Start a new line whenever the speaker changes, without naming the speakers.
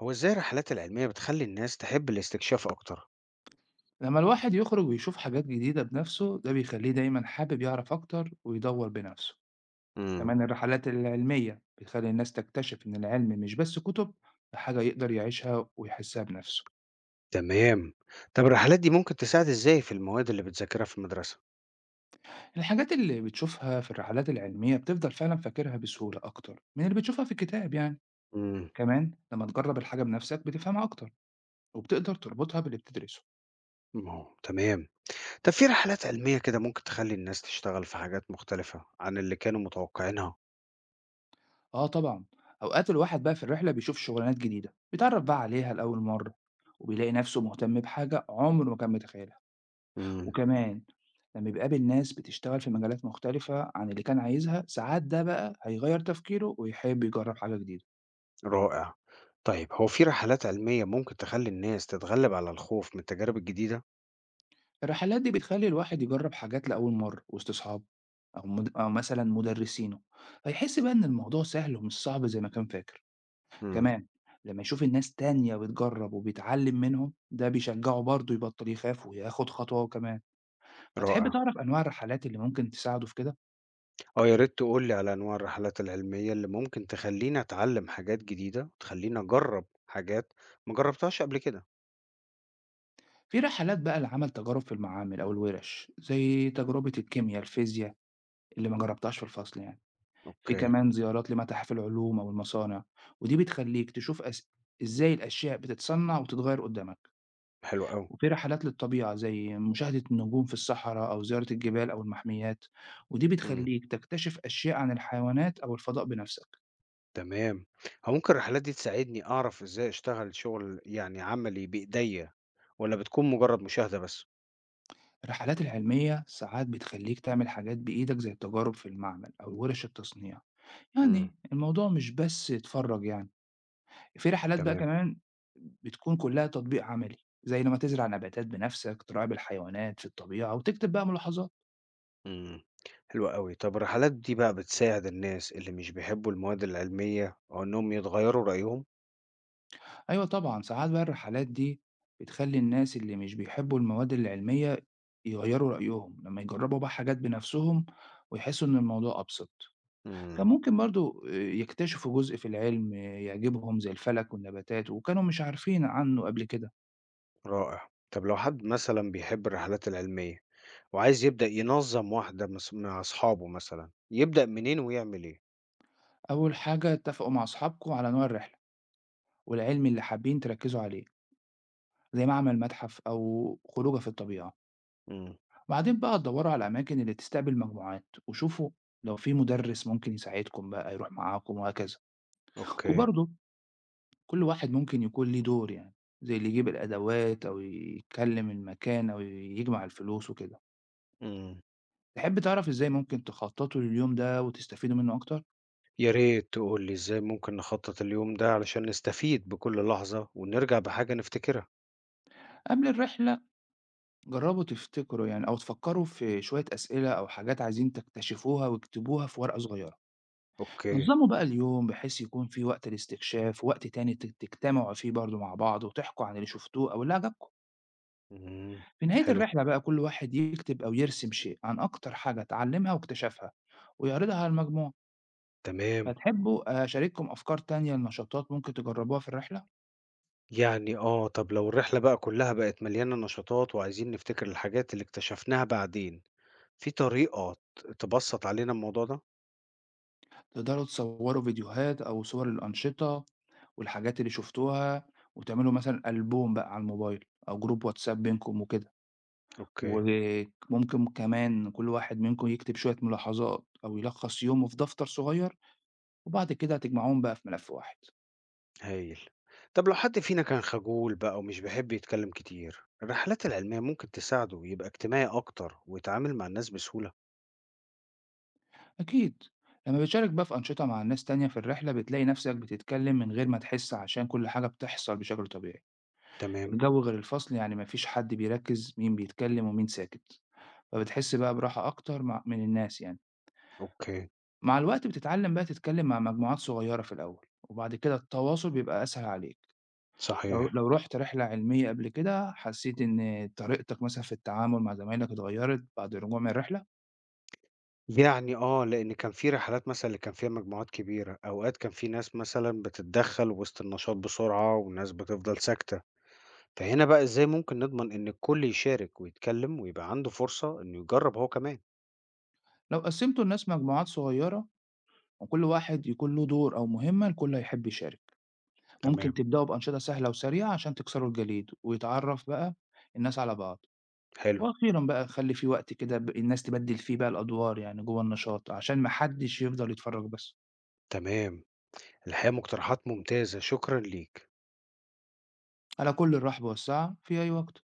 هو ازاي الرحلات العلمية بتخلي الناس تحب الاستكشاف أكتر؟
لما الواحد يخرج ويشوف حاجات جديدة بنفسه ده بيخليه دايما حابب يعرف أكتر ويدور بنفسه.
امم
كمان الرحلات العلمية بتخلي الناس تكتشف إن العلم مش بس كتب، ده حاجة يقدر يعيشها ويحسها بنفسه.
تمام. طب الرحلات دي ممكن تساعد ازاي في المواد اللي بتذاكرها في المدرسة؟
الحاجات اللي بتشوفها في الرحلات العلمية بتفضل فعلا فاكرها بسهولة أكتر من اللي بتشوفها في الكتاب يعني.
امم
كمان لما تجرب الحاجة بنفسك بتفهمها أكتر وبتقدر تربطها باللي بتدرسه.
ما هو تمام. طب في رحلات علمية كده ممكن تخلي الناس تشتغل في حاجات مختلفة عن اللي كانوا متوقعينها.
آه طبعًا، أوقات الواحد بقى في الرحلة بيشوف شغلانات جديدة، بيتعرّف بقى عليها لأول مرّة، وبيلاقي نَفْسه مهتم بحاجة عمره ما كان متخيلها،
امم
وكمان لمّا بيقابل ناس بتشتغل في مجالات مختلفة عن اللي كان عايزها، ساعات ده بقى هيغيّر تفكيره ويحب يجرّب حاجة جديدة.
رائع. طيب هو في رحلات علمية ممكن تخلي الناس تتغلب على الخوف من التجارب الجديدة؟
الرحلات دي بتخلّي الواحد يجرّب حاجات لأول مرّة وسط أصحابه أو مد أو مثلًا مُدرّسينه، فيحس بقى إن الموضوع سهل ومش صعب زي ما كان فاكر.
امم
كمان لمّا يشوف الناس تانية بتجرّب وبيتعلّم منهم، ده بيشجّعه برضه يبطّل يخاف وياخُد خطوة هو كمان. فتحب
رائع.
تعرف أنواع الرحلات اللي ممكن تساعده في كده؟
آه، يا ريت تقول لي على أنواع الرحلات العلمية اللي ممكن تخلّيني أتعلّم حاجات جديدة، وتخلّيني أجرّب حاجات ما جرّبتهاش قبل كده.
في رحلات بقى لعمل تجارب في المعامل أو الورش، زي تجربة الكيميا، الفيزيا اللي ما جرّبتهاش في الفصل يعني. في
أوكي،
كمان زيارات لمتاحف العلوم أو المصانع، ودي بتخلّيك تشوف إزاي الأشياء بتتصنّع وتتغيّر قُدّامك.
حلو أوي.
وفي رحلات للطبيعة زي مشاهدة النجوم في الصحراء أو زيارة الجبال أو المحميات، ودي
إمم،
بتخليك تكتشف أشياء عن الحيوانات أو الفضاء بنفسك.
تمام. هو ممكن الرحلات دي تساعدني أعرف إزاي أشتغل شغل يعني عملي بإيديّا والّا بتكون مجرّد مشاهدة بس؟
الرحلات العلمية ساعات بتخليك تعمل حاجات بإيدك زي التجارب في المعمل أو ورش التصنيع،
إمم،
يعني الموضوع مش بس يتفرج يعني. في رحلات بقى
تمام.
كمان بتكون كلها تطبيق عملي، زي لما تزرع نباتات بنفسك، تراقب الحيوانات في الطبيعة وتكتب بقى ملاحظات.
إمم، حلو أوي. طب الرحلات دي بقى بتساعد الناس اللي مش بيحبّوا المواد العلمية أو إنّهم يتغيّروا رأيهم؟
أيوه طبعًا، ساعات بقى الرحلات دي بتخلّي الناس اللي مش بيحبوا المواد العلمية يغيّروا رأيهم لمّا يجرّبوا بقى حاجات بنفسهم ويحسّوا إن الموضوع أبسط. كان
إمم.
ممكن برضه يكتشفوا جزء في العلم آه، يعجبهم زي الفلك والنباتات وكانوا مش عارفين عنّه قبل كده.
رائع. طب لو حد مثلا بيحب الرحلات العلمية وعايز يبدأ ينظم واحدة مع أصحابه مثلا يبدأ منين ويعمل إيه؟
أول حاجة اتّفقوا مع أصحابكم على نوع الرحلة والعلم اللي حابين تركّزوا عليه، زي معمل متحف أو خروجة في الطبيعة.
مم.
بعدين بقى دوّروا على الأماكن اللي تستقبل مجموعات وشوفوا لو في مُدرِّس ممكن يساعدكم بقى يروح معاكم وهكذا.
أوكي.
وبرضه كل واحد ممكن يكون ليه دور يعني، زي اللي يجيب الأدوات أو يكلم المكان أو يجمع الفلوس وكده.
مم.
تحب تعرف إزاي ممكن تخططوا لليوم ده وتستفيدوا منه أكتر؟
يا ريت تقول لي إزاي ممكن نخطط اليوم ده علشان نستفيد بكل لحظة ونرجع بحاجة نفتكرها.
قبل الرحلة جربوا تفتكروا يعني أو تفكروا في شوية أسئلة أو حاجات عايزين تكتشفوها واكتبوها في ورقة صغيرة.
أوكي.
نظموا بقى اليوم بحيث يكون في وقت الاستكشاف ووقت تاني تجتمعوا فيه برضه مع بعض وتحكوا عن اللي شفتوه أو اللي عجبكم.
مم.
في نهاية
حلو.
الرحلة بقى كل واحد يكتب أو يرسم شيء عن أكتر حاجة اتعلمها واكتشفها ويعرضها على المجموعة.
تمام.
هتحبوا أشارككم أفكار تانية لنشاطات ممكن تجربوها في الرحلة؟
يعني آه، طب لو الرحلة بقى كلها بقت مليانة نشاطات وعايزين نفتكر الحاجات اللي اكتشفناها بعدين، في طريقة تبسط علينا الموضوع ده؟
تقدروا تصوروا فيديوهات أو صور الأنشطة والحاجات اللي شفتوها وتعملوا مثلا ألبوم بقى على الموبايل أو جروب واتساب بينكم وكده.
أوكي.
وممكن كمان كل واحد منكم يكتب شوية ملاحظات أو يلخص يومه في دفتر صغير وبعد كده هتجمعوهم بقى في ملف واحد.
هايل. طب لو حد فينا كان خجول بقى ومش بيحب يتكلم كتير، الرحلات العلمية ممكن تساعده يبقى اجتماعي أكتر ويتعامل مع الناس بسهولة.
أكيد، لما بتشارك بقى في أنشطة مع ناس تانية في الرحلة بتلاقي نفسك بتتكلم من غير ما تحس عشان كل حاجة بتحصل بشكل طبيعي.
تمام،
الجو غير الفصل يعني، مفيش حد بيركز مين بيتكلم ومين ساكت، فبتحس بقى براحة أكتر مع الناس يعني.
أوكي،
مع الوقت بتتعلم بقى تتكلم مع مجموعات صغيرة في الأول وبعد كده التواصل بيبقى أسهل عليك. لو
صحيح.
لو رحت رحلة علمية قبل كده حسيت إن طريقتك مثلا في التعامل مع زمايلك اتغيرت بعد الرجوع من الرحلة؟
يعني آه، لأن كان في رحلات مثلًا اللي كان فيها مجموعات كبيرة، أوقات كان في ناس مثلًا بتتدخل وسط النشاط بسرعة وناس بتفضل ساكتة. فهنا بقى إزاي ممكن نضمن إن الكل يشارك ويتكلم ويبقى عنده فرصة إنه يجرب هو كمان؟
لو قسمتوا الناس مجموعات صغيرة وكل واحد يكون له دور أو مهمة الكل هيحب يشارك. ممكن
تمام،
تبدأوا بأنشطة سهلة وسريعة عشان تكسروا الجليد ويتعرف بقى الناس على بعض.
حلو،
وأخيرا بقى خلي في وقت كده الناس تبدل فيه بقى الأدوار يعني جوه النشاط عشان محدش يفضل يتفرج بس.
تمام. الحقيقة مقترحات ممتازة، شكرًا ليك.
على كل الرحب والسعة في أي وقت.